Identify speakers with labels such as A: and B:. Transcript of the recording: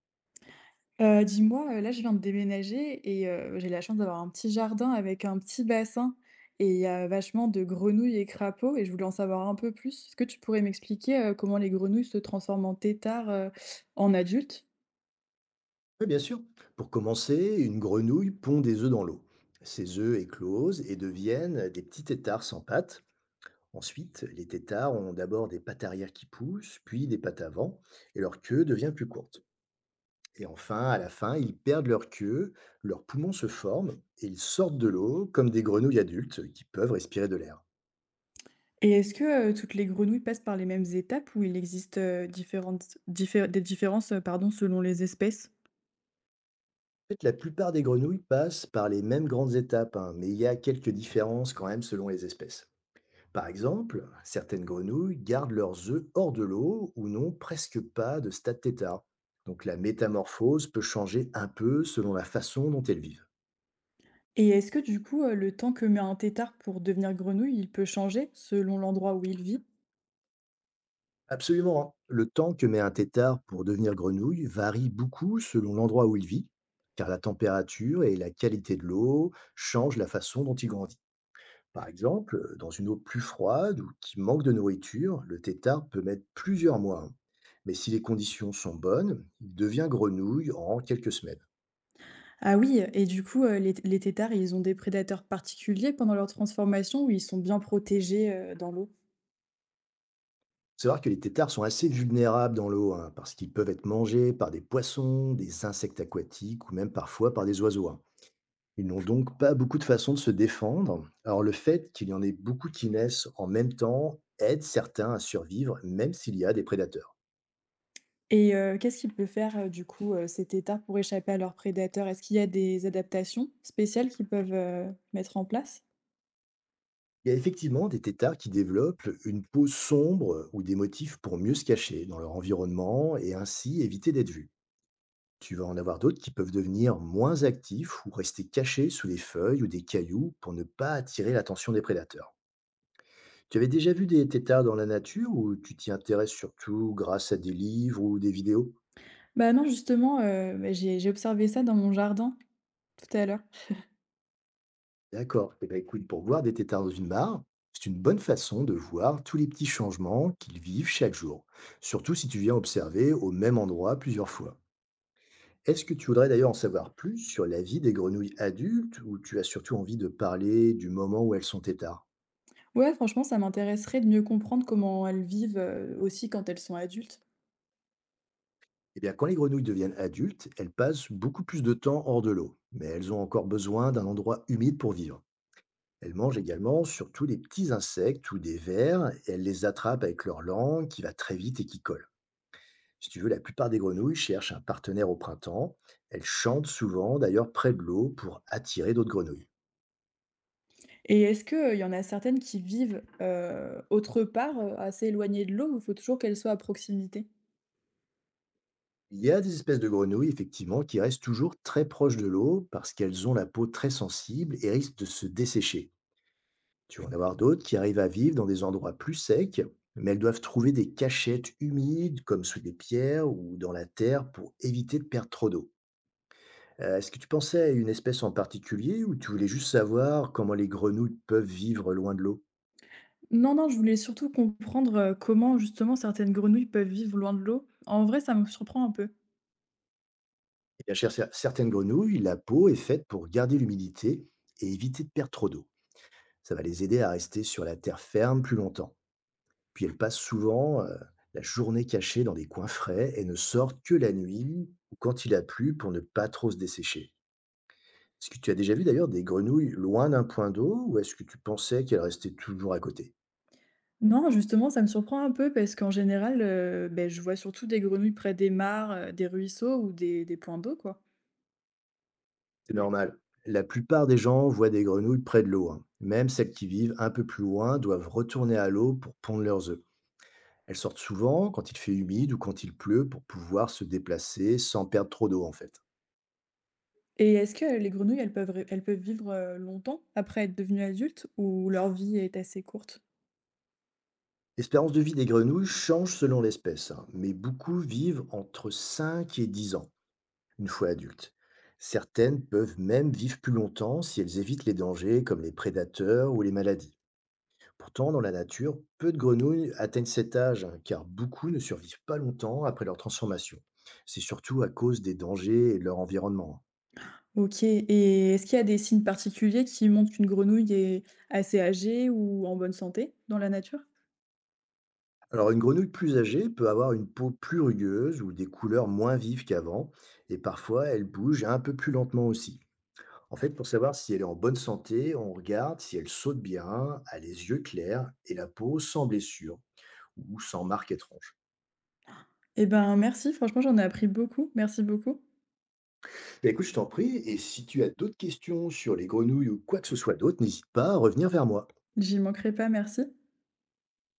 A: Dis-moi, là, je viens de déménager et j'ai la chance d'avoir un petit jardin avec un petit bassin et il y a vachement de grenouilles et crapauds et je voulais en savoir un peu plus. Est-ce que tu pourrais m'expliquer, comment les grenouilles se transforment en têtards, en adultes?
B: Oui, bien sûr. Pour commencer, une grenouille pond des œufs dans l'eau. Ces œufs éclosent et deviennent des petits têtards sans pattes. Ensuite, les têtards ont d'abord des pattes arrière qui poussent, puis des pattes avant, et leur queue devient plus courte. Et enfin, à la fin, ils perdent leur queue, leurs poumons se forment et ils sortent de l'eau comme des grenouilles adultes qui peuvent respirer de l'air. En
A: Et est-ce que, toutes les grenouilles passent par les mêmes étapes ou il existe, différentes diffé des différences, pardon, selon les espèces?
B: fait, la plupart des grenouilles passent par les mêmes grandes étapes, hein, mais il y a quelques différences quand même selon les espèces. Par exemple, certaines grenouilles gardent leurs œufs hors de l'eau ou n'ont presque pas de stade θ. Donc la métamorphose peut changer un peu selon la façon dont elles vivent.
A: Et est-ce que du coup, le temps que met un têtard pour devenir grenouille, il peut changer selon l'endroit où il vit?
B: Absolument, hein. Le temps que met un tétard pour devenir grenouille varie beaucoup selon l'endroit où il vit, car la température et la qualité de l'eau changent la façon dont il grandit. Par exemple, dans une eau plus froide ou qui manque de nourriture, le tétard peut mettre plusieurs mois, hein. Mais si les conditions sont bonnes, il devient grenouille en quelques semaines.
A: Ah oui, et du coup, les têtards, ils ont des prédateurs particuliers pendant leur transformation ou ils sont bien protégés, dans l'eau?
B: C'est vrai que les têtards sont assez vulnérables dans l'eau, hein, parce qu'ils peuvent être mangés par des poissons, des insectes aquatiques ou même parfois par des oiseaux, hein. Ils n'ont donc pas beaucoup de façons de se défendre. Alors le fait qu'il y en ait beaucoup qui naissent en même temps aide certains à survivre, même s'il y a des prédateurs.
A: Et qu'est-ce qu'ils peuvent faire, du coup, ces têtards pour échapper à leurs prédateurs? Est-ce qu'il y a des adaptations spéciales qu'ils peuvent, mettre en place?
B: Il y a effectivement des têtards qui développent une peau sombre ou des motifs pour mieux se cacher dans leur environnement et ainsi éviter d'être vus. Tu vas en avoir d'autres qui peuvent devenir moins actifs ou rester cachés sous les feuilles ou des cailloux pour ne pas attirer l'attention des prédateurs. Tu avais déjà vu des têtards dans la nature ou tu t'y intéresses surtout grâce à des livres ou des vidéos?
A: Bah, non, justement, bah, j'ai observé ça dans mon jardin tout à l'heure.
B: D'accord. Eh ben écoute, pour voir des têtards dans une mare, c'est une bonne façon de voir tous les petits changements qu'ils vivent chaque jour, surtout si tu viens observer au même endroit plusieurs fois. Est-ce que tu voudrais d'ailleurs en savoir plus sur la vie des grenouilles adultes ou tu as surtout envie de parler du moment où elles sont têtards?
A: Ouais, franchement, ça m'intéresserait de mieux comprendre comment elles vivent, aussi quand elles sont adultes.
B: Eh bien, quand les grenouilles deviennent adultes, elles passent beaucoup plus de temps hors de l'eau, mais elles ont encore besoin d'un endroit humide pour vivre. Elles mangent également surtout des petits insectes ou des vers, et elles les attrapent avec leur langue qui va très vite et qui colle. Si tu veux, la plupart des grenouilles cherchent un partenaire au printemps. Elles chantent souvent, d'ailleurs près de l'eau, pour attirer d'autres grenouilles.
A: Et est-ce qu'il y en a certaines qui vivent, autre part, assez éloignées de l'eau ou il faut toujours qu'elles soient à proximité?
B: Il y a des espèces de grenouilles, effectivement, qui restent toujours très proches de l'eau parce qu'elles ont la peau très sensible et risquent de se dessécher. Tu vas en avoir d'autres qui arrivent à vivre dans des endroits plus secs, mais elles doivent trouver des cachettes humides, comme sous des pierres ou dans la terre, pour éviter de perdre trop d'eau. Est-ce que tu pensais à une espèce en particulier ou tu voulais juste savoir comment les grenouilles peuvent vivre loin de l'eau?
A: Non, non, je voulais surtout comprendre, comment justement certaines grenouilles peuvent vivre loin de l'eau. En vrai, ça me surprend un peu.
B: Eh bien, chez certaines grenouilles, la peau est faite pour garder l'humidité et éviter de perdre trop d'eau. Ça va les aider à rester sur la terre ferme plus longtemps. Puis elles passent souvent la journée cachées dans des coins frais et ne sortent que la nuit ou quand il a plu pour ne pas trop se dessécher. Est-ce que tu as déjà vu d'ailleurs des grenouilles loin d'un point d'eau ou est-ce que tu pensais qu'elles restaient toujours à côté?
A: Non, justement, ça me surprend un peu parce qu'en général, beh, je vois surtout des grenouilles près des mares, des ruisseaux ou des points d'eau, quoi.
B: C'est normal. La plupart des gens voient des grenouilles près de l'eau, hein. Même celles qui vivent un peu plus loin doivent retourner à l'eau pour pondre leurs œufs. Elles sortent souvent quand il fait humide ou quand il pleut pour pouvoir se déplacer sans perdre trop d'eau en fait.
A: Et est-ce que les grenouilles, elles peuvent vivre, longtemps après être devenues adultes ou leur vie est assez courte?
B: L'espérance de vie des grenouilles change selon l'espèce, hein, mais beaucoup vivent entre 5 et 10 ans, une fois adultes. Certaines peuvent même vivre plus longtemps si elles évitent les dangers comme les prédateurs ou les maladies. Pourtant, dans la nature, peu de grenouilles atteignent cet âge, hein, car beaucoup ne survivent pas longtemps après leur transformation. C'est surtout à cause des dangers et de leur environnement, hein.
A: OK et est-ce qu'il y a des signes particuliers qui montrent qu'une grenouille est assez âgée ou en bonne santé dans la nature?
B: Alors une grenouille plus âgée peut avoir une peau plus rugueuse ou des couleurs moins vives qu'avant, et parfois elle bouge un peu plus lentement aussi. En fait, pour savoir si elle est en bonne santé, on regarde si elle saute bien, a les yeux clairs et la peau sans blessure ou sans marque étrange.
A: Eh ben, merci, franchement, j'en ai appris beaucoup. Merci beaucoup.
B: Bah, écoute, je t'en prie, et si tu as d'autres questions sur les grenouilles ou quoi que ce soit d'autre, n'hésite pas à revenir vers moi.
A: J'y manquerai pas, merci.